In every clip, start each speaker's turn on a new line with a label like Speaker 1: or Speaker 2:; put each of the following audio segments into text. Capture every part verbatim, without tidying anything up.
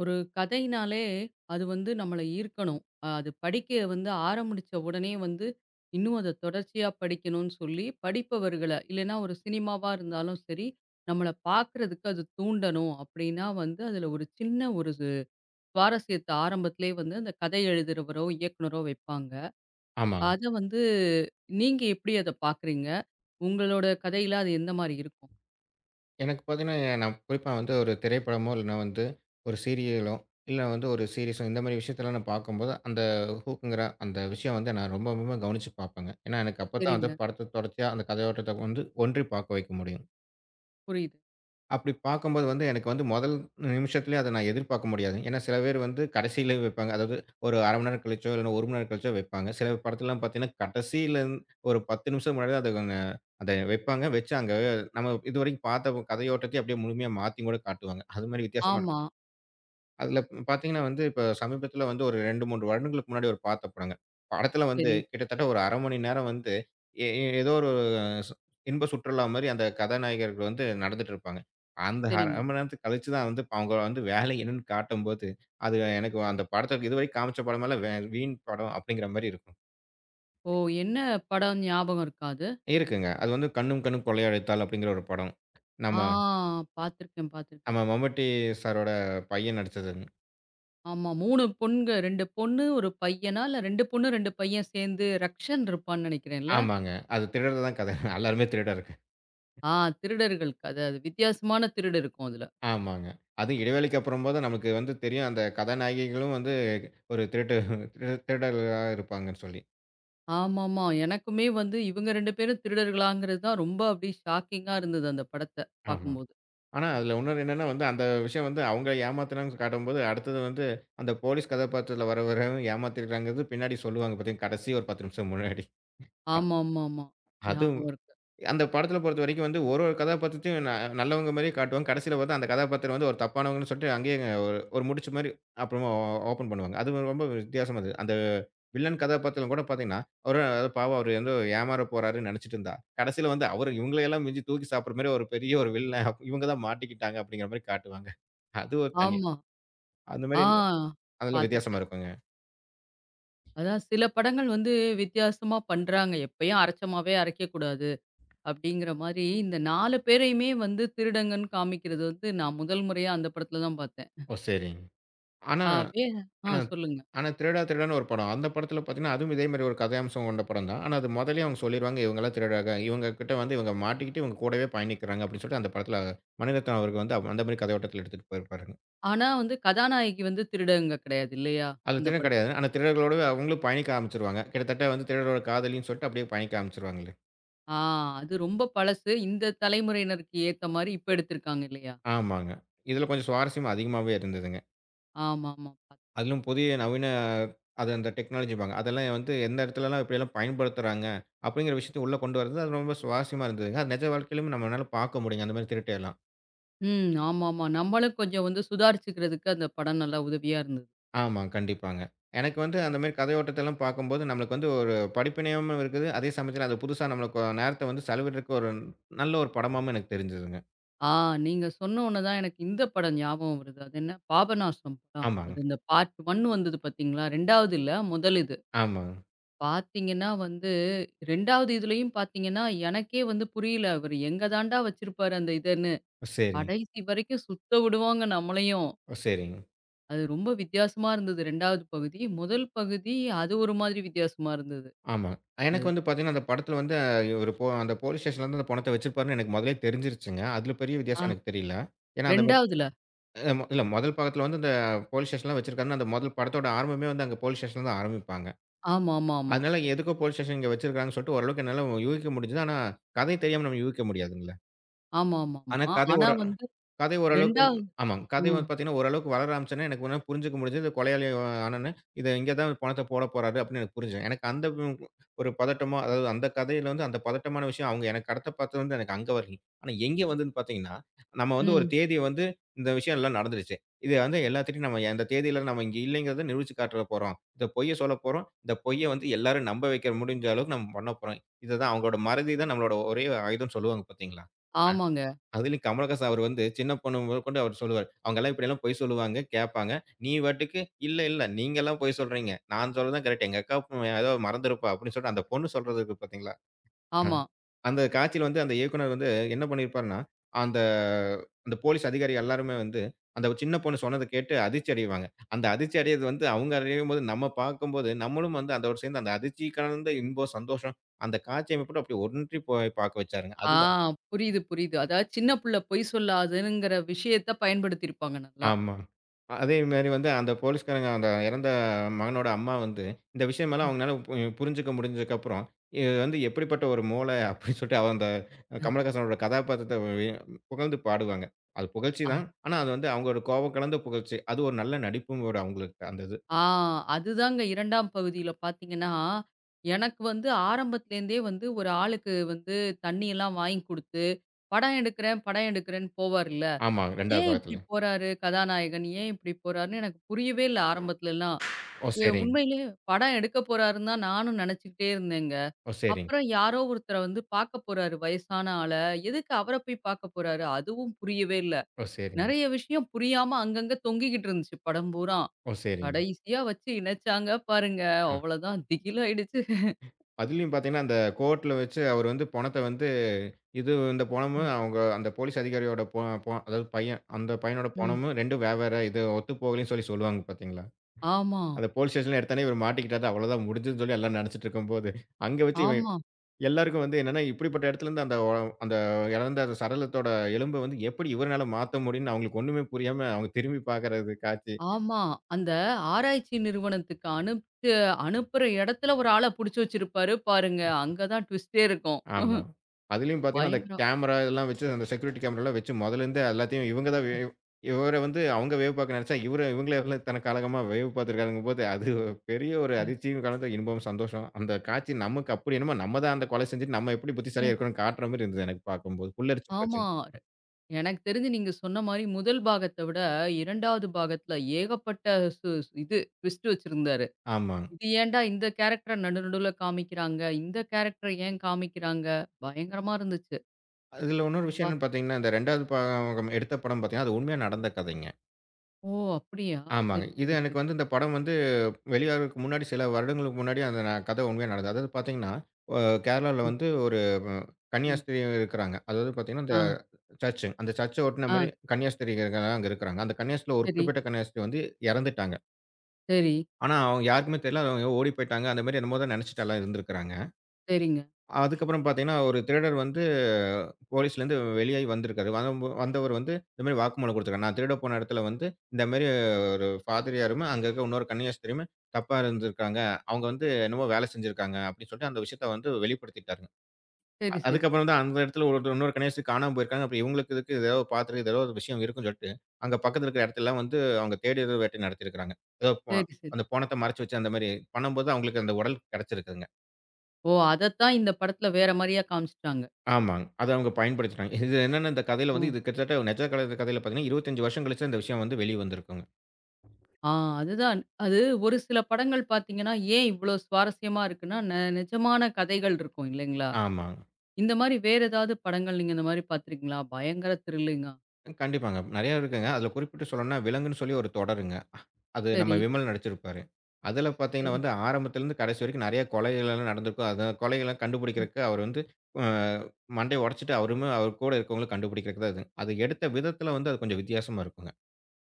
Speaker 1: ஒரு கதையினாலே அது வந்து நம்மள ஈர்க்கணும். அ அது படிக்க வந்து ஆரம்பிச்ச உடனே வந்து, இன்னும் அத தொடர்ச்சியா படிக்கணும்னு சொல்லி படிப்பவர்கள, இல்லைன்னா ஒரு சினிமாவா இருந்தாலும் சரி, நம்மள பார்க்கறதுக்கு அது தூண்டணும் அப்படின்னா வந்து, அதில ஒரு சின்ன ஒரு சு சுவாரஸ்யத்த ஆரம்பத்திலேயே வந்து அந்த கதை எழுதுறவரோ, இயக்குனரோ வைப்பாங்க.
Speaker 2: ஆமாங்க.
Speaker 1: அத வந்து நீங்க எப்படி அத பார்க்குறீங்க? உங்களோட கதையில அது எந்த மாரி இருக்கும்?
Speaker 2: எனக்கு பார்த்தீங்கன்னா, நான் குறிப்பா வந்து ஒரு திரைப்படமோ, இல்லன்னா வந்து ஒரு சீரியலோ, இல்ல வந்து ஒரு சீரிஸோ இந்த மாரி விஷயத்தலாம் நான் பார்க்கும்போது, அந்த ஹூக்குங்கிற அந்த விஷயம் வந்து நான் ரொம்ப ரொம்ப கவனிச்சு பார்ப்பேங்க. ஏன்னா, எனக்கு அப்பதான்
Speaker 1: சரிங்க.
Speaker 2: அந்த படத்த தொடர்ச்சியா அந்த கதையோட்டத்த வந்து ஒன்றி பார்க்க வைக்க முடியும்.
Speaker 1: புரியுது.
Speaker 2: அப்படி பார்க்கும்போது வந்து, எனக்கு வந்து முதல் நிமிஷத்திலே அத நான் எதிர்பார்க்க முடியாது. ஏன்னா, சில பேர் வந்து கடைசியில வைப்பாங்க. அதாவது ஒரு அரை மணி நேரம் கழிச்சோ, இல்லன்னா ஒரு மணி நேரம் கழிச்சோ வைப்பாங்க. சில படத்துலலாம் பார்த்தீங்கன்னா, கடைசியில ஒரு பத்து நிமிஷம் முன்னாடி அத அ அத வைப்பாங்க. வச்சு அங்க நம்ம இதுவரைக்கும் பார்த்த கதையோட்டத்தையும் அப்படியே முழுமையா மாத்தி கூட காட்டுவாங்க. அது மாரி வித்தியாசமா
Speaker 1: ஆமா.
Speaker 2: அதில பார்த்தீங்கன்னா வந்து, இப்ப சமீபத்தில வந்து ஒரு ரெண்டு, மூணு வருடங்களுக்கு முன்னாடி ஒரு பார்த்த படங்க. படத்தில வந்து
Speaker 1: சரி,
Speaker 2: கிட்டத்தட்ட ஒரு அரை மணி நேரம் வந்து எ எ ஏதோ ஒரு சு இன்ப சுற்றுலா மாரி அந்த கதாநாயகர்கள் வந்து நடந்துட்டு இருப்பாங்க. அந்த
Speaker 1: சரிங்க.
Speaker 2: அரை மணி நேரத்துக்கு கழிச்சு தான் வந்து அவங்க வந்து வேலை என்னன்னு காட்டும்போது, அது எனக்கு அந்த படத்த இதுவரைக்கும் காமிச்ச படமெல்லாம் வே வீண் படம் அப்படிங்கிற மாரி இருக்கும்.
Speaker 1: ஓ! என்ன படம் ஞாபகம் இருக்கா?
Speaker 2: இருக்குங்க. அது வந்து "கண்ணும் கண்ணும் கொள்ளையடித்தாள்" அப்படிங்கிற ஒரு படம்.
Speaker 1: ஆ,
Speaker 2: நம்ம
Speaker 1: பார்த்துருக்கேன்,
Speaker 2: நம்ம
Speaker 1: பார்த்துருக்கேன்.
Speaker 2: மம்முட்டி சாரோட பையன் நடிச்சதுங்க.
Speaker 1: ஆமா, மூணு பொண்க ரெண்டு பொண்ணு, ஒரு பையனா? இல்ல ரெண்டு பொண்ணு, ரெண்டு பையன் சேர்ந்து ரக்ஷன் இருப்பான்னு நெனைக்கிறேன்ல?
Speaker 2: ஆமாங்க. அது திருடர் தான் கதை. எல்லாருமே திருடர்கள்.
Speaker 1: ஆ, திருடர்கள் கத. அது வித்தியாசமான திருடு இருக்கும் அதுல.
Speaker 2: ஆமாங்க. அதுவும் இடைவேளைக்கு அப்புறம் போது நமக்கு வந்து தெரியும் அந்த கதாநாயகிகளும் வந்து ஒரு திருட்டு திரு திருடர்களா இருப்பாங்கன்னு சொல்லி.
Speaker 1: ஆமாமா. எனக்குமே வந்து இவங்க ரெண்டு பேரும் திருடர்களாங்கிறது தான் ரொம்ப அப்படியே ஷாக்கிங்கா இருந்தது அந்த படத்த
Speaker 2: ஆமா.
Speaker 1: பார்க்கும்போது.
Speaker 2: ஆனா அதில இன்னொன்னு என்னன்னா வந்து அந்த விஷயம் வந்து அவங்க ஏமாத்துனாங்கன்னு காட்டும்போது, அடுத்தது வந்து அந்த போலீஸ் கதாபாத்திரத்தில வர வர ஏமாத்திருக்காங்கறது பின்னாடி சொல்லுவாங்க பார்த்தீங்க, கடைசி ஒரு பத்து நிமிஷம் முன்னாடி.
Speaker 1: ஆமாமாமா.
Speaker 2: அது
Speaker 1: ஞாபகம் இருக்கு.
Speaker 2: அந்த படத்துல பொறுத்தவரைக்கும் வந்து ஒரு ஒரு கதாபாத்திரத்தையும் ந நல்லவங்க மாரியே காட்டுவாங்க. கடைசியில பார்த்தா அந்த கதாபாத்திரம் வந்து ஒரு தப்பானவங்கன்னு சொல்லிட்டு அங்கேயே ஒரு ஒரு முடிச்சு மாரி அப்புறமா ஓ ஓப்பன் பண்ணுவாங்க. அது ரொம்ப வித்தியாசமா இருந்தது. அந்த வில்லன் கதாபாத்திரம் கூட பார்த்தீங்கன்னா, அவரு அதாவது பாவம் அவரு வந்து ஏமாற போறாருன்னு நெனைச்சுட்டு இருந்தா. கடைசியில வந்து அவரு இவங்களையெல்லாம் மிஞ்சி தூக்கி சாப்பிடுற மாரி ஒரு பெரிய ஒரு வில்லன் இவங்க தான் மாட்டிக்கிட்டாங்க அப்படிங்கிற மாரி காட்டுவாங்க. அது ஒரு தனி
Speaker 1: ஆமா.
Speaker 2: அந்த
Speaker 1: ஆ,
Speaker 2: மாரி அதெல்லாம் வித்தியாசமா
Speaker 1: பார்த்துருக்கேன்.
Speaker 2: இருக்குங்க.
Speaker 1: அதான் சில படங்கள் வந்து வித்தியாசமா பண்றாங்க. எப்பயும் அரைச்சமாவே அரைக்கக்கூடாது. அப்படிங்கிற மாரி, இந்த நாலு பேரையுமே வந்து திருடங்கன்னு காமிக்கிறது வந்து நான் முதல் முறையா அந்த படத்துல தான் பார்த்தேன்.
Speaker 2: ஓ! சரிங்க. ஆனா
Speaker 1: ஆ வே, ஆ
Speaker 2: ஆனா
Speaker 1: சொல்லுங்க.
Speaker 2: ஆனா திருடா திருடான்னு ஒரு படம். அந்த படத்துல பாத்தீங்கன்னா, அதுவும் இதே மாரி ஒரு கதையம்சம் கொண்ட படம் தான். ஆனா அது மொதல்லயே அவங்க சொல்லிருவாங்க, இவங்கலாம் திருடராக இவங்க கிட்ட வந்து இவங்க மாட்டிக்கிட்டு இவங்க கூடவே பயணிக்கிறாங்க அப்படின்னு சொல்லிட்டு அந்த படத்துல மணிரத்னம் அவர்கள் வந்து அவ- அந்த மாரி கதையோட்டத்துல எடுத்துட்டு போயிருப்பாருங்க.
Speaker 1: ஆனா வந்து கதாநாயகி வந்து திருடங்க கிடையாது இல்லையா?
Speaker 2: அது
Speaker 1: இந்த
Speaker 2: திருடன்
Speaker 1: படத்,
Speaker 2: கிடையாது. ஆனா திருடர்களோடவே அவங்களும் பயணிக்க ஆரம்பிச்சுருவாங்க. கிட்டத்தட்ட வந்து திருடரோட காதலின்னு சொல்லிட்டு அப்படியே பயணிக்க ஆரம்பிச்சுருவாங்கல்ல.
Speaker 1: ஆ, அது ரொம்ப பழசு. இந்த தலைமுறையினருக்கு ஏத்த மாரி இப்ப எடுத்திருக்காங்க இல்லையா?
Speaker 2: ஆமாங்க. இதுல கொஞ்சம் சுவாரஸ்யம் அதிகமாவே இருந்ததுங்க.
Speaker 1: ஆமாமா.
Speaker 2: அதிலும் புதிய நவீன அது அந்த டெக்னாலஜிம்பாங்க. அதெல்லாம் வந்து எந்த இடத்துலலாம் இப்படியெல்லாம் பயன்படுத்துறாங்க, அப்படிங்கிற விஷயத்த உள்ள கொண்டு வரது அது ரொம்ப சுவாரஸ்யமா இருந்ததுங்க. அது நிஜ வாழ்க்கையிலும் நம்மனால பார்க்க முடியுங்க. அந்த மாரி திருட்டையெல்லாம்.
Speaker 1: ம். ஆமாமா. நம்மளும் கொஞ்சம் வந்து சுதாரிச்சுக்கிறதுக்கு அந்த படம் நல்லா உதவியா இருந்தது.
Speaker 2: ஆமா, கண்டிப்பாங்க. எனக்கு வந்து அந்த மாரி கதையோட்டத்தெல்லாம் பார்க்கும்போது, நம்மளுக்கு வந்து ஒரு படிப்பினையாவும் இருக்குது. அதே சமயத்தில அது புதுசா நம்மளுக்கு நேரத்த வந்து செலவிடுறதுக்கு ஒரு நல்ல ஒரு படமாவும் எனக்கு தெரிஞ்சதுங்க.
Speaker 1: ஆ, நீங்க சொன்ன உடனே தான் எனக்கு இந்த படம் ஞாபகம் வருது. அது என்ன பாபநாசம் படம்.
Speaker 2: ஆமாங்க.
Speaker 1: அது இந்த பார்ட் ஒன்று வந்தது பார்த்தீங்களா? ரெண்டாவது இல்ல. முதல் இது.
Speaker 2: ஆமாங்க.
Speaker 1: பார்த்தீங்கன்னா வந்து ரெண்டாவது இதுலயும் பார்த்தீங்கன்னா, எனக்கே வந்து புரியல. இவரு எங்க தாண்டா வச்சிருப்பாரு அந்த இதன்னு.
Speaker 2: ஓ, சரிங்க.
Speaker 1: கடைசி வரைக்கும் சுத்த விடுவாங்க நம்மளையும்.
Speaker 2: ஓ! சரிங்க.
Speaker 1: அது ரொம்ப வித்தியாசமா இருந்தது ரெண்டாவது பகுதி. முதல் பகுதி அது ஒரு மாதிரி வித்தியாசமா இருந்தது.
Speaker 2: ஆமா.
Speaker 1: அது
Speaker 2: எனக்கு வந்து பார்த்தீங்கன்னா, அந்த படத்தில வந்து இவரு போ அந்த போலீஸ் ஸ்டேஷன்ல வந்து அந்த பணத்த வச்சிருப்பாருன்னு எனக்கு முதலே தெரிஞ்சிருச்சுங்க. அதில பெரிய
Speaker 1: ஆ
Speaker 2: வித்தியாசம் எனக்கு தெரியல. ஏன்னா அந்த மாரி
Speaker 1: ரெண்டாவதுல.
Speaker 2: அ மொ இல்ல முதல் பாகத்தில வந்து அந்த போலீஸ் ஸ்டேஷன்லாம் வச்சிருக்காருன்னு அந்த முதல் படத்தோட ஆரம்பமே வந்து அங்க போலீஸ் ஸ்டேஷன்ல தான் ஆரம்பிப்பாங்க.
Speaker 1: ஆமா, ஆமா, ஆமா.
Speaker 2: அதனால எதுக்கோ போலீஸ் ஸ்டேஷன் இங்க வச்சிருக்காங்கன்னு சொல்லிட்டு ஓரளவுக்கு என்னால யூகிக்க முடிஞ்சது. ஆனா, கதை தெரியாம நம்ம யூகிக்க முடியாதுங்கல்ல.
Speaker 1: ஆமா, ஆமா,
Speaker 2: ஆனா,
Speaker 1: ஆமா.
Speaker 2: கதை
Speaker 1: ஆனா
Speaker 2: ஒரு
Speaker 1: வந்து
Speaker 2: கதை ஓரளவுக்கு வந்து
Speaker 1: ரெண்டாவது
Speaker 2: ஆமாங்க. கதை
Speaker 1: ம்,
Speaker 2: வந்து பார்த்தீங்கன்னா, ஓரளவுக்கு வளர ஆரம்பிச்சோனே, எனக்கு உடனே புரிஞ்சுக்க முடிஞ்சது. இந்த கொலையாளி ஆனோனே, இத இங்க தான் பணத்த போடப் போறாரு அப்படின்னு எனக்கு புரிஞ்சது. எனக்கு அந்த உம் ஒரு பதட்டமோ, அதாவது அந்த கதையில வந்து அந்த பதட்டமான விஷயம் அவங்க எனக்கு கடத்த பார்த்தது வந்து எனக்கு அங்க வரலைங்க. ஆனா எங்க வந்ததுன்னு பார்த்தீங்கன்னா, நம்ம வந்து ஒரு
Speaker 1: ம்.
Speaker 2: தேதிய வந்து இந்த விஷயம் எல்லாம் நடந்துருச்சு. இது வந்து எல்லாத்துட்டயும் நம்ம அந்த தேதியில நம்ம இங்க இல்லைங்கிறத நிரூபிச்சு காட்டப் போறோம். இந்த பொய்ய சொல்லப் போறோம். இந்த பொய்ய வந்து எல்லாரும் நம்ப வைக்க முடிஞ்ச அளவுக்கு நம்ம பண்ணப் போறோம். இதுதான் அவங்களோட மறதி தான் நம்மளோட ஒரே ஆயுதம்னு சொல்லுவாங்க பார்த்தீங்களா?
Speaker 1: ஆமாங்க.
Speaker 2: அதிலும் கமலஹாசன் அவர் வந்து சின்ன பொண்ணு முதற்கொண்டு அவர் சொல்லுவாரு. அவங்கலாம் இப்படியெல்லாம் பொய் சொல்லுவாங்க, கேட்பாங்க. நீ பாட்டுக்கு, "இல்ல, இல்ல நீங்கலாம் பொய் சொல்றீங்க. நான் சொல்றது தான் கரெக்ட். எங்க அக்கா பொ ஏதோ மறந்திருப்பா" அப்படின்னு சொல்லிட்டு அந்த பொண்ணு சொல்றது இருக்கு பார்த்தீங்களா? அ.
Speaker 1: ஆமா.
Speaker 2: அந்த காட்சியில வந்து அந்த இயக்குனர் வந்து என்ன பண்ணியிருப்பாருன்னா, அந்த அந்த போலீஸ் அதிகாரி எல்லாருமே வந்து, அந்த சின்ன பொண்ணு சொன்னத கேட்டு அதிர்ச்சி அடைவாங்க. அந்த அதிர்ச்சி அடையறது வந்து அவங்க அடையும்போது, நம்ம பார்க்கும்போது நம்மளும் வந்து அதோடு சேர்ந்து அந்த அதிர்ச்சி கலந்த இன்பம், சந்தோஷம் அந்த காட்சி அமைப்போட அப்படியே ஒன்றி போய் பார்க்க வச்சாருங்க.
Speaker 1: ஆ,
Speaker 2: அது
Speaker 1: புரியுது, புரியுது. அதாவது சின்ன புள்ள பொய் சொல்லாதுங்கிற விஷயத்த பயன்படுத்தியிருப்பாங்க நல்லா.
Speaker 2: ஆமா. அதேமாரி வந்து அந்த போலீஸ்காரங்க அந்த இறந்த மகனோட அம்மா வந்து, இந்த விஷயமெல்லாம்
Speaker 1: ம்.
Speaker 2: அவங்கனால பு புரிஞ்சுக்க முடிஞ்சதுக்கப்புறம், இது வந்து எப்படிப்பட்ட ஒரு மூளை அப்படின்னு சொல்லிட்டு அவ அந்த கமலஹாசனோட கதாபாத்திரத்த வி புகழ்ந்து பாடுவாங்க. அது புகழ்ச்சி
Speaker 1: அ.
Speaker 2: தான். ஆனா அது வந்து அவங்களோட கோவம் கலந்த புகழ்ச்சி. அது ஒரு நல்ல நடிப்பும் ஒரு அவங்களுக்கு அந்த இது.
Speaker 1: ஆ, அதுதாங்க இரண்டாம் பகுதியில பார்த்தீங்கன்னா, எனக்கு வந்து ஆரம்பத்துலேருந்தே வந்து ஒரு ஆளுக்கு வந்து தண்ணியெல்லாம் வாங்கி குடுத்து, படம் எடுக்கிறேன், படம் எடுக்கிறேன்னு போவார்ல.
Speaker 2: ஆமா 2வது
Speaker 1: ஏன் இப்படி
Speaker 2: பாகத்துல.
Speaker 1: போறாரு கதாநாயகன்? ஏன் இப்படி போறாருன்னு எனக்கு புரியவே இல்ல ஆரம்பத்துலலாம்.
Speaker 2: ஓ!
Speaker 1: எ
Speaker 2: சரிங்க.
Speaker 1: உண்மையிலேயே படம் எடுக்க போறாருன்னு தான் நானும் நெனச்சுக்கிட்டே இருந்தேங்க.
Speaker 2: ஓ! சரிங்க.
Speaker 1: அப்புறம் யாரோ ஒருத்தர வந்து பார்க்க போறாரு வயசான ஆள. எதுக்கு அவர போய் பார்க்க போறாரு? அதுவும் புரியவே இல்ல.
Speaker 2: ஓ! சரிங்க.
Speaker 1: நெறைய விஷயம் புரியாம அங்கங்க தொங்கிக்கிட்டு இருந்துச்சு படம் பூரா.
Speaker 2: ஓ! சரிங்க.
Speaker 1: கடைசியா வச்சு இணைச்சாங்க பாருங்க.
Speaker 2: ஆ.
Speaker 1: அவ்வளதான் திகில் ஆயிடுச்சு.
Speaker 2: அதுலயும் பார்த்தீங்கன்னா, அந்த கோர்ட்ல வச்சு அவர் வந்து பணத்த வந்து இது இந்த பணமும்
Speaker 1: ம்.
Speaker 2: அவங்க அந்த போலீஸ் அதிகாரியோட பொ பொ அதாவது பையன். அந்த பையனோட
Speaker 1: ம்.
Speaker 2: பணமும் ரெண்டும் வெவ்வேற. இது ஒத்து போகலன்னு சொல்லி சொல்லுவாங்க பார்த்தீங்களா?
Speaker 1: ஆமா,
Speaker 2: அத போலீஸ் ஸ்டேஷன்ல எடுத்தானே இவரு மாட்டிக்கிட்டாரு. அவ்வளோதான் முடிஞ்சுதுன்னு சொல்லி எல்லாரும் நெனச்சுட்டு இருக்கும்போது, அங்க வச்சு இவன்
Speaker 1: ஆமா,
Speaker 2: எல்லாருக்கும் வந்து என்னன்னா, இப்படிப்பட்ட இடத்துலருந்து அந்த ஒ அந்த இழந்த அந்த சடலத்தோட எலும்ப வந்து எப்படி இவருனால மாத்த முடியும்ன்னு அவங்களுக்கு ஒண்ணுமே புரியாம அவங்க திரும்பி பார்க்குறது காட்சி
Speaker 1: ஆமா. அந்த ஆராய்ச்சி நிறுவனத்துக்கு அனுப்ச்சு அனுப்புற இடத்துல ஒரு ஆள புடிச்சு வச்சிருப்பாரு பாருங்க. அங்க தான் ட்விஸ்ட்டே இருக்கும்.
Speaker 2: ஆமா. அதிலயும் பார்த்தீங்கன்னா, அந்த
Speaker 1: பயங்கரம்.
Speaker 2: கேமரா இதெல்லாம் வச்சு, அந்த செக்யூரிட்டி கேமராலாம் வச்சு மொதல்லேருந்தே எல்லாத்தையும் இவங்க தான் வே இவர வந்து அவங்க வேவு பார்க்க நெனச்சா, இவர இவங்கள எல்லாம் இத்தன காலமா வேவு பார்த்துருக்காங்கங்கும்போது, அது பெரிய ஒரு அதிர்ச்சியும் கலந்த இன்பம், சந்தோஷம். அந்த காட்சி நமக்கு அப்படி என்னமோ நம்ம தான் அந்த கொலை செஞ்சுட்டு, நம்ம எப்படி
Speaker 1: அ.
Speaker 2: புத்திசாலியா இருக்கோம்னு காட்டுற மாரி இருந்தது எனக்கு பார்க்கும்போது. புல்லரிச்சு
Speaker 1: ஆமா.
Speaker 2: போச்சுங்க.
Speaker 1: எனக்கு தெரிஞ்சு நீங்க சொன்ன மாரி முதல் பாகத்த விட ரெண்டாவது பாகத்துல ஏகப்பட்ட சு சு- இது ட்விஸ்ட் வச்சிருந்தாரு.
Speaker 2: ஆமாங்க.
Speaker 1: இது ஏன்டா இந்த கேரக்டர நடு நடுவுல காமிக்கிறாங்க? இந்த கேரக்டர ஏன் காமிக்கிறாங்க? பயங்கரமா இருந்துச்சு.
Speaker 2: அதில இன்னொரு விஷயம்
Speaker 1: வா,
Speaker 2: என்னன்னு பார்த்தீங்கன்னா, இந்த ரெண்டாவது பாகம் எடுத்த படம் பார்த்தீங்கன்னா, அது உண்மையா நடந்த கதைங்க.
Speaker 1: ஓ! அப்படியா?
Speaker 2: ஆமாங்க.
Speaker 1: சரி,
Speaker 2: இது
Speaker 1: சரி,
Speaker 2: எனக்கு
Speaker 1: சரி.
Speaker 2: வந்து இந்த படம் வந்து வெளியாகுறதுக்கு முன்னாடி சில வருடங்களுக்கு முன்னாடி அந்த ந கதை உண்மையா நடந்தது. அதாவது பார்த்தீங்கன்னா, அ கேரளால
Speaker 1: ம்,
Speaker 2: வந்து ஒரு ம்
Speaker 1: ம்.
Speaker 2: கன்னியாஸ்திரி இருக்கிறாங்க. அதாவது பார்த்தீங்கன்னா,
Speaker 1: ஆ,
Speaker 2: இந்த சர்ச்சு. அந்த சர்ச்ச ஒட்டுன
Speaker 1: ஆ.
Speaker 2: மாரி கன்னியாஸ்திரிகள் அங்க இருக்கிறாங்க. அந்த கன்னியாஸ்திரில ஒரு
Speaker 1: சரி,
Speaker 2: குறிப்பிட்ட கன்னியாஸ்திரி வந்து இறந்துட்டாங்க.
Speaker 1: சரி,
Speaker 2: ஆனா, அவங்க யாருக்குமே தெரியல. அவங்க ஓடி போய்ட்டாங்க. அந்த மாரி என்னமோ தான் நினைச்சுட்டு எல்லாம் இருந்திருக்கிறாங்க.
Speaker 1: சரிங்க.
Speaker 2: அதுக்கப்புறம் பார்த்தீங்கன்னா, ஒரு திருடர் வந்து போலீஸ்லேருந்து வெளியாகி வந்திருக்காரு. வரம்போ வந்தவர் வந்து இந்த மாரி வாக்குமூலம் குடுத்திருக்காரு. நான் திருட போன இடத்துல வந்து இந்த மாரி ஒரு பாதிரியாரும், அங்க இருக்க இன்னொரு கன்னியாஸ்திரியும் தப்பா இருந்திருக்காங்க. அவங்க வந்து என்னமோ வேலை செஞ்சிருக்காங்க அப்படின்னு சொல்லிட்டு அந்த விஷயத்த வந்து வெளிப்படுத்திட்டாருங்க. அ
Speaker 1: சரி, சரி,
Speaker 2: அதுக்கப்புறம் தான் அந்த இடத்துல ஒரு இன்னொரு கன்னியாஸ்திரி காணாம போயிருக்காங்க. அப்ப இவங்களுக்கு இதுக்கு ஏதோ பாத்துருக்கு, ஏதோ ஒரு விஷயம் இருக்குன்னு சொல்லிட்டு, அங்க பக்கத்துல இருக்கிற இடத்தெல்லாம் வந்து அவங்க தேடுற வேட்டை நடத்தியிருக்கிறாங்க. ஏதோ போ
Speaker 1: சரி, சரி.
Speaker 2: அந்த போனத்த மறைச்சு வச்சு அந்த மாரி பண்ணும்போது அவங்களுக்கு அந்த உடல் கிடைச்சிருக்குங்க.
Speaker 1: ஓ! அதத்தான் இந்த படத்துல வேற மாரியா காமிச்சுட்டாங்க.
Speaker 2: ஆமாங்க. அத அவங்க பயன்படுத்திட்டாங்க. இது என்னன்னா இந்த கதையில வந்து
Speaker 1: ம்.
Speaker 2: இது கிட்டத்தட்ட நிஜ கலந்த கதையில பார்த்தீங்கன்னா, இருபத்தி ஐந்து வருஷம் கழிச்சு இந்த விஷயம் வந்து வெளிய வந்திருக்குங்க.
Speaker 1: ஆ, அதுதான். அது ஒரு சில படங்கள் பார்த்தீங்கன்னா, ஏன் இவ்ளோ சுவாரஸ்யமா இருக்குன்னா, நெ நிஜமான கதைகள் இருக்கும் இல்லைங்களா?
Speaker 2: ஆமாங்க.
Speaker 1: இந்த மாரி வேற ஏதாவது படங்கள் நீங்க இந்த மாரி பார்த்துருக்கீங்களா? பயங்கர த்ரில்லிங்கா?
Speaker 2: கண்டிப்பாங்க. நெறையா இருக்குங்க. அதுல குறிப்பிட்டு சொல்லணும்னா, விலங்குன்னு சொல்லி ஒரு தொடருங்க. அது நம்ம
Speaker 1: சரி,
Speaker 2: விமல் நடிச்சிருப்பாரு. அதுல பார்த்தீங்கன்னா
Speaker 1: சரி.
Speaker 2: வந்து ஆரம்பத்துலருந்து கடைசி வரைக்கும் நெறைய கொலைகள்லாம் நடந்திருக்கும். அத கொலைகள்லாம்
Speaker 1: ம்.
Speaker 2: கண்டுபிடிக்கிறதுக்கு அவர் வந்து அ மண்டைய உடைச்சுட்டு அவருமே அவர் கூட இருக்கவங்களும் கண்டுபிடிக்கிறதுக்கு தான் இது. அது எடுத்த விதத்துல வந்து அது கொஞ்சம் வித்தியாசமா இருக்குங்க.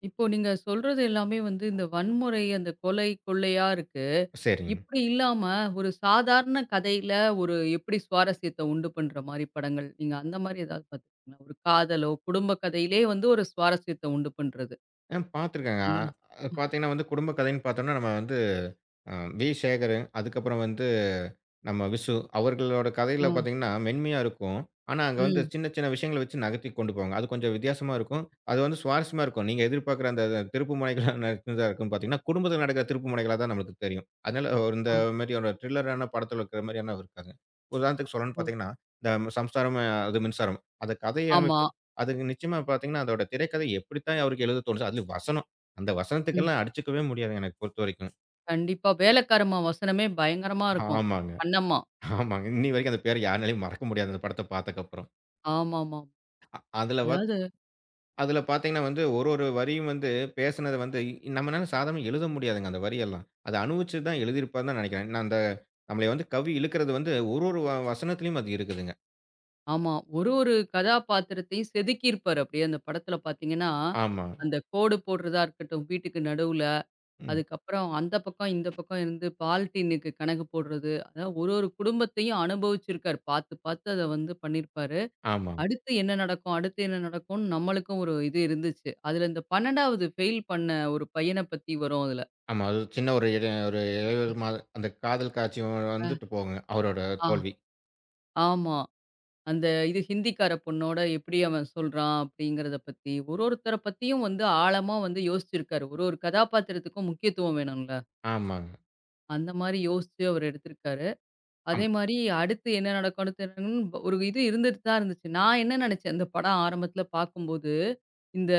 Speaker 1: இப்போ நீங்க சொல்றது எல்லாமே வந்து இந்த வன்முறை, அந்த கொலை, கொள்ளையா இருக்கு.
Speaker 2: சரிங்க.
Speaker 1: இப்படி இல்லாம, ஒரு சாதாரண கதையில ஒரு எப்படி சுவாரஸ்யத்த உண்டு பண்ற மாரி படங்கள், நீங்க அந்த மாரி ஏதாவது பார்த்துருக்கீங்களா? ஒரு காதலோ, குடும்ப கதையிலே வந்து ஒரு சுவாரஸ்யத்த உண்டு பண்றது.
Speaker 2: ஆ பார்த்துருக்கேங்க.
Speaker 1: அந்த
Speaker 2: அ பாத்தீங்கன்னா வந்து குடும்ப கதைன்னு பார்த்தோம்னா, நம்ம வந்து அ வி. சேகரு, அதுக்கப்புறம் வந்து நம்ம விசு. அவர்களோட
Speaker 1: அ,
Speaker 2: கதைகள்ல
Speaker 1: ஆ,
Speaker 2: பார்த்தீங்கன்னா, மென்மையா இருக்கும். ஆனா, அங்க வந்து
Speaker 1: ம்.
Speaker 2: சின்ன சின்ன விஷயங்கள வச்சு நகர்த்தி கொண்டு போவாங்க. அது கொஞ்சம் வித்தியாசமா இருக்கும். அது வந்து சுவாரஸ்யமா இருக்கும். நீங்க எதிர்பார்க்குற அந்த திருப்பு முனைகளா நடந்ததா இருக்கும்னு பார்த்தீங்கன்னா, குடும்பத்தில நடக்கிற திருப்பு முனைகளா தான் நம்மளுக்கு தெரியும். அதனால ஒரு
Speaker 1: ஆ,
Speaker 2: இந்த மாரி ஒரு த்ரில்லரான படத்தில இருக்கிற மாரியான இருக்காது. உதாரணத்துக்கு சொல்லணும்னு
Speaker 1: ஓ!
Speaker 2: பார்த்தீங்கன்னா, இந்த "சம்சாரம் அஹ், அது மின்சாரம்" அந்த கதை
Speaker 1: ஆமா.
Speaker 2: அமைப்பு அதுக்கு நிச்சயமா பார்த்தீங்கன்னா, அதோட திரைக்கதை எப்படித்தான் அவருக்கு எழுத தோணுச்சோ, அதுலயும் வசனம். அந்த
Speaker 1: ம்.
Speaker 2: வசனத்துக்கெல்லாம் அடிச்சுக்கவே முடியாதுங்க, எனக்கு பொறுத்தவரைக்கும்.
Speaker 1: கண்டிப்பா. வேலைக்காரம்மா வசனமே பயங்கரமா இருக்கும்.
Speaker 2: ஆமாங்க.
Speaker 1: கண்ணம்மா.
Speaker 2: ஆமாங்க. இன்னி வரைக்கும் அந்த பேர யாருனாலயும் மறக்க முடியாது, அந்த படத்த பார்த்ததுக்கப்புறம்.
Speaker 1: ஆமாமா.
Speaker 2: அதுல பாத்
Speaker 1: அதாவது
Speaker 2: அதுல பார்த்தீங்கன்னா வந்து, ஒரு ஒரு வரியும் வந்து பேசினத வந்து நம்மனால சாதாரணமா எழுத முடியாதுங்க அந்த வரியெல்லாம். அத அனுபவிச்சு தான் எழுதியிருப்பாருன்னு தான் நெனைக்கிறேன். ஏன்னா, அந்த நம்மளய வந்து கவி இழுக்கிறது வந்து ஒரு ஒரு வ வசனத்திலயும் அது இருக்குதுங்க.
Speaker 1: ஆமா. ஒரு ஒரு கதாபாத்திரத்தையும் செதுக்கியிருப்பாரு அப்படியே அந்த படத்துல பார்த்தீங்கன்னா,
Speaker 2: ஆமா.
Speaker 1: அந்த கோடு போடுறதா இருக்கட்டும் வீட்டுக்கு நடுவுல.
Speaker 2: ம்.
Speaker 1: அதுக்கப்புறம் அந்த பக்கம், இந்த பக்கம் இருந்து பால்டீனுக்கு கணக்கு போடுறது. அதாவது ஒரு ஒரு குடும்பத்தையும் அனுபவிச்சிருக்காரு. பார்த்து, பார்த்து அத வந்து பண்ணியிருப்பாரு.
Speaker 2: ஆமா.
Speaker 1: அடுத்து என்ன நடக்கும்? அடுத்து என்ன நடக்கும்ன்னு நம்மளுக்கும் ஒரு இது இருந்துச்சு. அதுல இந்த பன்னிரண்டாவது ஃபெயில் பண்ண ஒரு பையன பத்தி வரும் அதுல.
Speaker 2: ஆமா. அது சின்ன ஒரு இட ஒரு இடைவேளை மாரி அந்த காதல் காட்சி
Speaker 1: அ,
Speaker 2: வந்துட்டு போகுங்க. அவரோட
Speaker 1: ஆ,
Speaker 2: தோல்வி.
Speaker 1: ஆமா. அந்த இது ஹிந்திக்கார பொண்ணோட எப்படி அவன் சொல்றான் அப்படிங்கிறத பத்தி, ஒரு ஒருத்தர பத்தியும் வந்து ஆழமா வந்து யோசிச்சிருக்காரு. ஒரு ஒரு கதாபாத்திரத்துக்கும் முக்கியத்துவம் வேணும்ல.
Speaker 2: ஆமாங்க.
Speaker 1: அந்த மாரி யோசிச்சு அவர் எடுத்திருக்காரு. அதே
Speaker 2: ஆமா,
Speaker 1: மாரி அடுத்து என்ன நடக்கும்னு தெரியணும்னு ப- ஒரு இது இருந்துட்டு தான் இருந்துச்சு. நான் என்ன நெனச்சேன், இந்த படம் ஆரம்பத்துல பார்க்கும்போது, இந்த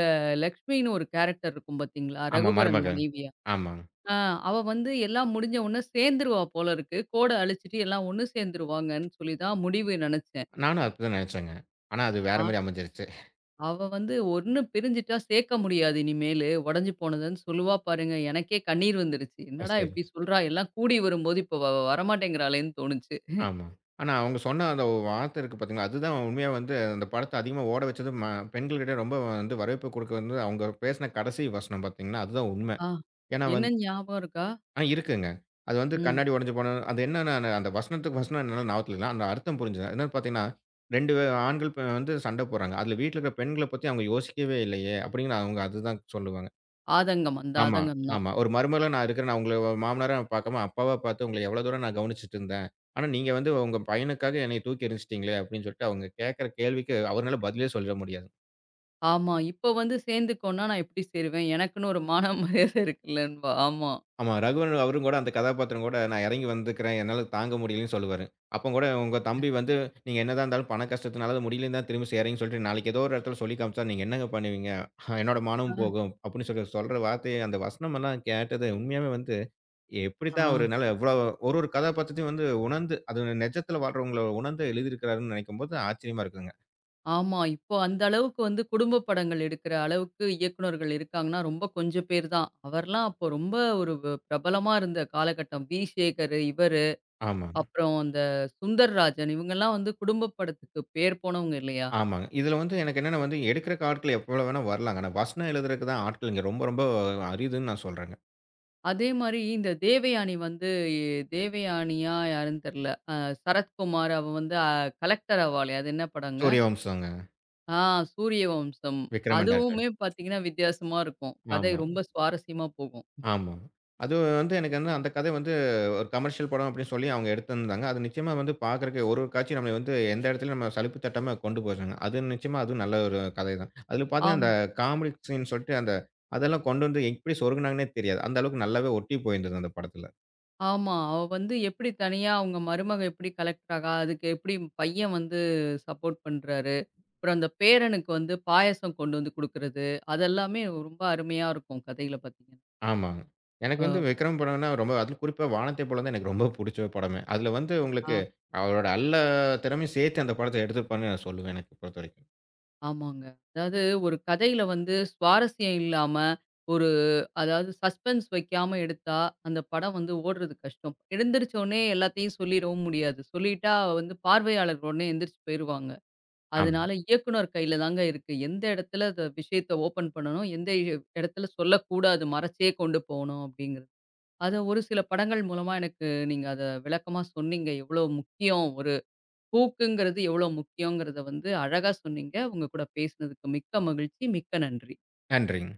Speaker 1: லக்ஷ்மின்னு ஒரு கேரக்டர் இருக்கும் பார்த்தீங்களா?
Speaker 2: ஆமா
Speaker 1: ரகுவரன்
Speaker 2: மருமகன்.
Speaker 1: மனைவியா.
Speaker 2: ஆமாங்க.
Speaker 1: ஆ, அவ வந்து எல்லாம் முடிஞ்ச உடனே சேர்ந்துருவா போல இருக்கு. கோட அழிச்சுட்டு எல்லாம் ஒண்ணு சேர்ந்துருவாங்கன்னு சொல்லி தான் முடிவு நெனச்சேன்.
Speaker 2: நானும் அப்டிதான் நெனைச்சேங்க. ஆனா அது வேற மாரி அமைஞ்சிருச்சு.
Speaker 1: அவ வந்து ஒண்ணு பிரிஞ்சுட்டா சேர்க்க முடியாது இனிமேலு. உடைஞ்சு போனதுன்னு சொல்லுவா பாருங்க. எனக்கே கண்ணீர் வந்துருச்சு.
Speaker 2: ஓ!
Speaker 1: என்னடா
Speaker 2: சரி.
Speaker 1: இப்படி சொல்றா? எல்லாம் கூடி வரும்போது இப்ப வ வரமாட்டேங்கிறாளேன்னு தோணுச்சு.
Speaker 2: ஆமா. ஆனா அவங்க சொன்ன அந்த வார்த்தை இருக்கு பார்த்தீங்களா, அதுதான் உண்மையா வந்து அந்த படத்த அதிகமா ஓட வச்சது ம பெண்கள்கிட்ட ரொம்ப வந்து வரவேற்பு குடுக்க வந்து அவங்க பேசின கடைசி வசனம் பார்த்தீங்கன்னா, அதுதான் உண்மை.
Speaker 1: ஆ.
Speaker 2: ஏன்னா
Speaker 1: என்ன
Speaker 2: வந்து
Speaker 1: ஞாபகம் இருக்கா?
Speaker 2: ஆ இருக்குங்க. அது வந்து
Speaker 1: ம்.
Speaker 2: கண்ணாடி உடைஞ்சு போன அது என்னன்னா நான் அந்த வசனத்துக்கு வசனம் என்னால ஞாபகத்துல இல்ல. அந்த அர்த்தம் புரிஞ்சது. என்னன்னு பார்த்தீங்கன்னா, ரெண்டு ஆண்கள் ப- வந்து சண்டை போடுறாங்க. அதுல வீட்ல இருக்கிற பெண்கள பத்தி அவங்க யோசிக்கவே இல்லையே! அப்டின்னு அவங்க அதுதான் சொல்லுவாங்க.
Speaker 1: ஆதங்கம். அந்த
Speaker 2: ஆமா,
Speaker 1: ஆதங்கம் தான்.
Speaker 2: ஆமா. ஒரு மருமகளா நான் இருக்கிறேன். நான் உங்கள மாமனாரா பார்க்காம, அப்பாவா பார்த்து உங்கள எவ்வளோ தூரம் நான் கவனிச்சுட்டு இருந்தேன். ஆனா, நீங்க வந்து உங்க பையனுக்காக என்னைய தூக்கி எறிஞ்சிட்டீங்களே! அப்படின்னு சொல்லிட்டு அவங்க கேட்கிற கேள்விக்கு அவருனால பதிலே சொல்ல முடியாது.
Speaker 1: ஆமா. இப்ப வந்து சேர்ந்துக்கோன்னா நான் எப்படி சேருவேன்? எனக்குன்னு ஒரு மான மரியாதை இருக்குல்லன்பா. ஆமா.
Speaker 2: ஆமா, ரகுவன் அவரும் கூட அந்த கதாபாத்திரம் கூட நான் இறங்கி வந்துக்கிறேன். என்னால தாங்க முடியலன்னு சொல்லுவாரு. அப்ப கூட உங்க தம்பி வந்து, "நீங்க என்னதான் இருந்தாலும் பண கஷ்டத்தினால அது முடியலன்னு தான் திரும்பி செய்றீங்கன்னு சொல்லிட்டு நாளைக்கு ஏதோ ஒரு இடத்துல சொல்லி காமிச்சா நீங்க என்னங்க பண்ணுவீங்க? என்னோட மானமும்
Speaker 1: ஆ.
Speaker 2: போகும்." அப்படின்னு சொல்லி சொல்ற வார்த்தை அந்த வசனமெல்லாம் கேட்டது உண்மையாவே வந்து
Speaker 1: ஆ.
Speaker 2: எப்படித்தான் அவருனால இவ்ளோ ஒரு ஒரு கதாபாத்திரத்தையும் வந்து உணர்ந்து, அது நெஜத்துல வாழ்றவங்கள உணர்ந்து எழுதியிருக்கிறாருன்னு நெனைக்கும்போது ஆச்சரியமா இருக்குங்க.
Speaker 1: ஆமா. இப்போ அந்த அளவுக்கு வந்து குடும்ப படங்கள் எடுக்கிற அளவுக்கு இயக்குனர்கள் இருக்காங்கன்னா, ரொம்ப கொஞ்சம் பேர் தான். அவர்லாம் அப்போ ரொம்ப ஒரு வ- பிரபலமா இருந்த காலகட்டம். வி. சேகர், இவர்
Speaker 2: ஆமாங்க,
Speaker 1: அப்புறம் அந்த சுந்தர்ராஜன் இவங்கெல்லாம் வந்து குடும்ப படத்துக்கு பேர் போனவங்க இல்லையா?
Speaker 2: ஆமாங்க. இதுல வந்து எனக்கு என்னன்னா வந்து எடுக்கறக்கு ஆட்கள் எவ்வளோ வேணா வரலாங்க. ஆனா வசனம் எழுதுறக்கு தான் ஆட்கள் இங்க ரொம்ப ரொம்ப அரிதுன்னு நான் சொல்றேங்க.
Speaker 1: அதே மாரி இந்த தேவயானி வந்து எ- தேவயானியா யாருன்னு தெர்ல. அ, சரத்குமார் அவ வந்து அ, கலெக்டர் ஆவாளே அது என்ன படங்க?
Speaker 2: சூரியவம்சம்ங்க.
Speaker 1: ஆ, சூரியவம்சம்.
Speaker 2: விக்ரமன் டைரக்டர்.
Speaker 1: அதுவுமே பார்த்தீங்கன்னா வித்தியாசமா இருக்கும். கதை
Speaker 2: ஆமா.
Speaker 1: ரொம்ப சுவாரஸ்யமா போகும்.
Speaker 2: ஆமா. அது வந்து எனக்கு வந்து அந்த கதை வந்து ஒரு கமர்ஷியல் படம் அப்படின்னு சொல்லி அவங்க எடுத்திருந்தாங்க. அது நிச்சயமா வந்து பார்க்கறக்கு ஒரு ஒரு காட்சியும் நம்மள வந்து எந்த இடத்துலயும் நம்ம சலிப்பு தட்டாம கொண்டு போயிடுறாங்க. அது நிச்சயமா அதுவும் நல்ல ஒரு கதை தான். அதுல பார்த்தீங்கன்னா,
Speaker 1: ஆம்.
Speaker 2: அந்த காமெடி சீன் சொல்லிட்டு அந்த அதெல்லாம் கொண்டு வந்து எப்படி சொருகுனாங்கன்னே தெரியாது. அந்த அளவுக்கு நல்லாவே ஒட்டி போயிருந்தது அந்த படத்துல.
Speaker 1: ஆமா. அவ வந்து எப்படி தனியா அவங்க மருமக எப்படி கலெக்டர் ஆகா? அதுக்கு எப்படி பையன் வந்து சப்போர்ட் பண்றாரு? அப்புறம் அந்த பேரனுக்கு வந்து பாயாசம் கொண்டு வந்து குடுக்குறது, அதெல்லாமே ரொம்ப அருமையா இருக்கும் கதையில பார்த்தீங்கன்னா.
Speaker 2: ஆமாங்க. எனக்கு வந்து
Speaker 1: அ,
Speaker 2: விக்ரம் படம்னா ரொம்ப அதுவும் குறிப்பா வானத்தை போல தான் எனக்கு ரொம்ப புடிச்ச படமே. அதுல வந்து
Speaker 1: ஆ,
Speaker 2: உங்களுக்கு அவரோட எல்லா திறமையும் சேர்த்து அந்த படத்த எடுத்திருப்பார்ன்னு நான் சொல்லுவேன் எனக்கு பொறுத்தவரைக்கும்.
Speaker 1: ஆமாங்க. அதாவது ஒரு கதையில வந்து சுவாரஸ்யம் இல்லாம, ஒரு அதாவது சஸ்பென்ஸ் வைக்காம எடுத்தா, அந்த படம் வந்து ஓடுறது கஷ்டம். எழுந்திரிச்ச உடனே எல்லாத்தையும் சொல்லிறவும் முடியாது. சொல்லிட்டா வந்து பார்வையாளர் உடனே எந்திரிச்சு போயிருவாங்க.
Speaker 2: ஆமா.
Speaker 1: அதனால இயக்குனர் கையில தாங்க இருக்கு. எந்த இடத்துல அந்த விஷயத்த ஓப்பன் பண்ணணும், எந்த எ இடத்துல சொல்லக்கூடாது, மறைச்சே கொண்டு போணும் அப்படிங்கிறது. அத ஒரு சில படங்கள் மூலமா எனக்கு நீங்க அத விளக்கமா சொன்னீங்க. எவ்வளோ முக்கியம், ஒரு பூக்குங்கிறது எவ்வளோ முக்கியங்கிறத வந்து அழகா சொன்னீங்க. உங்க கூட பேசினதுக்கு மிக்க மகிழ்ச்சி. மிக்க நன்றி.
Speaker 2: நன்றிங்க.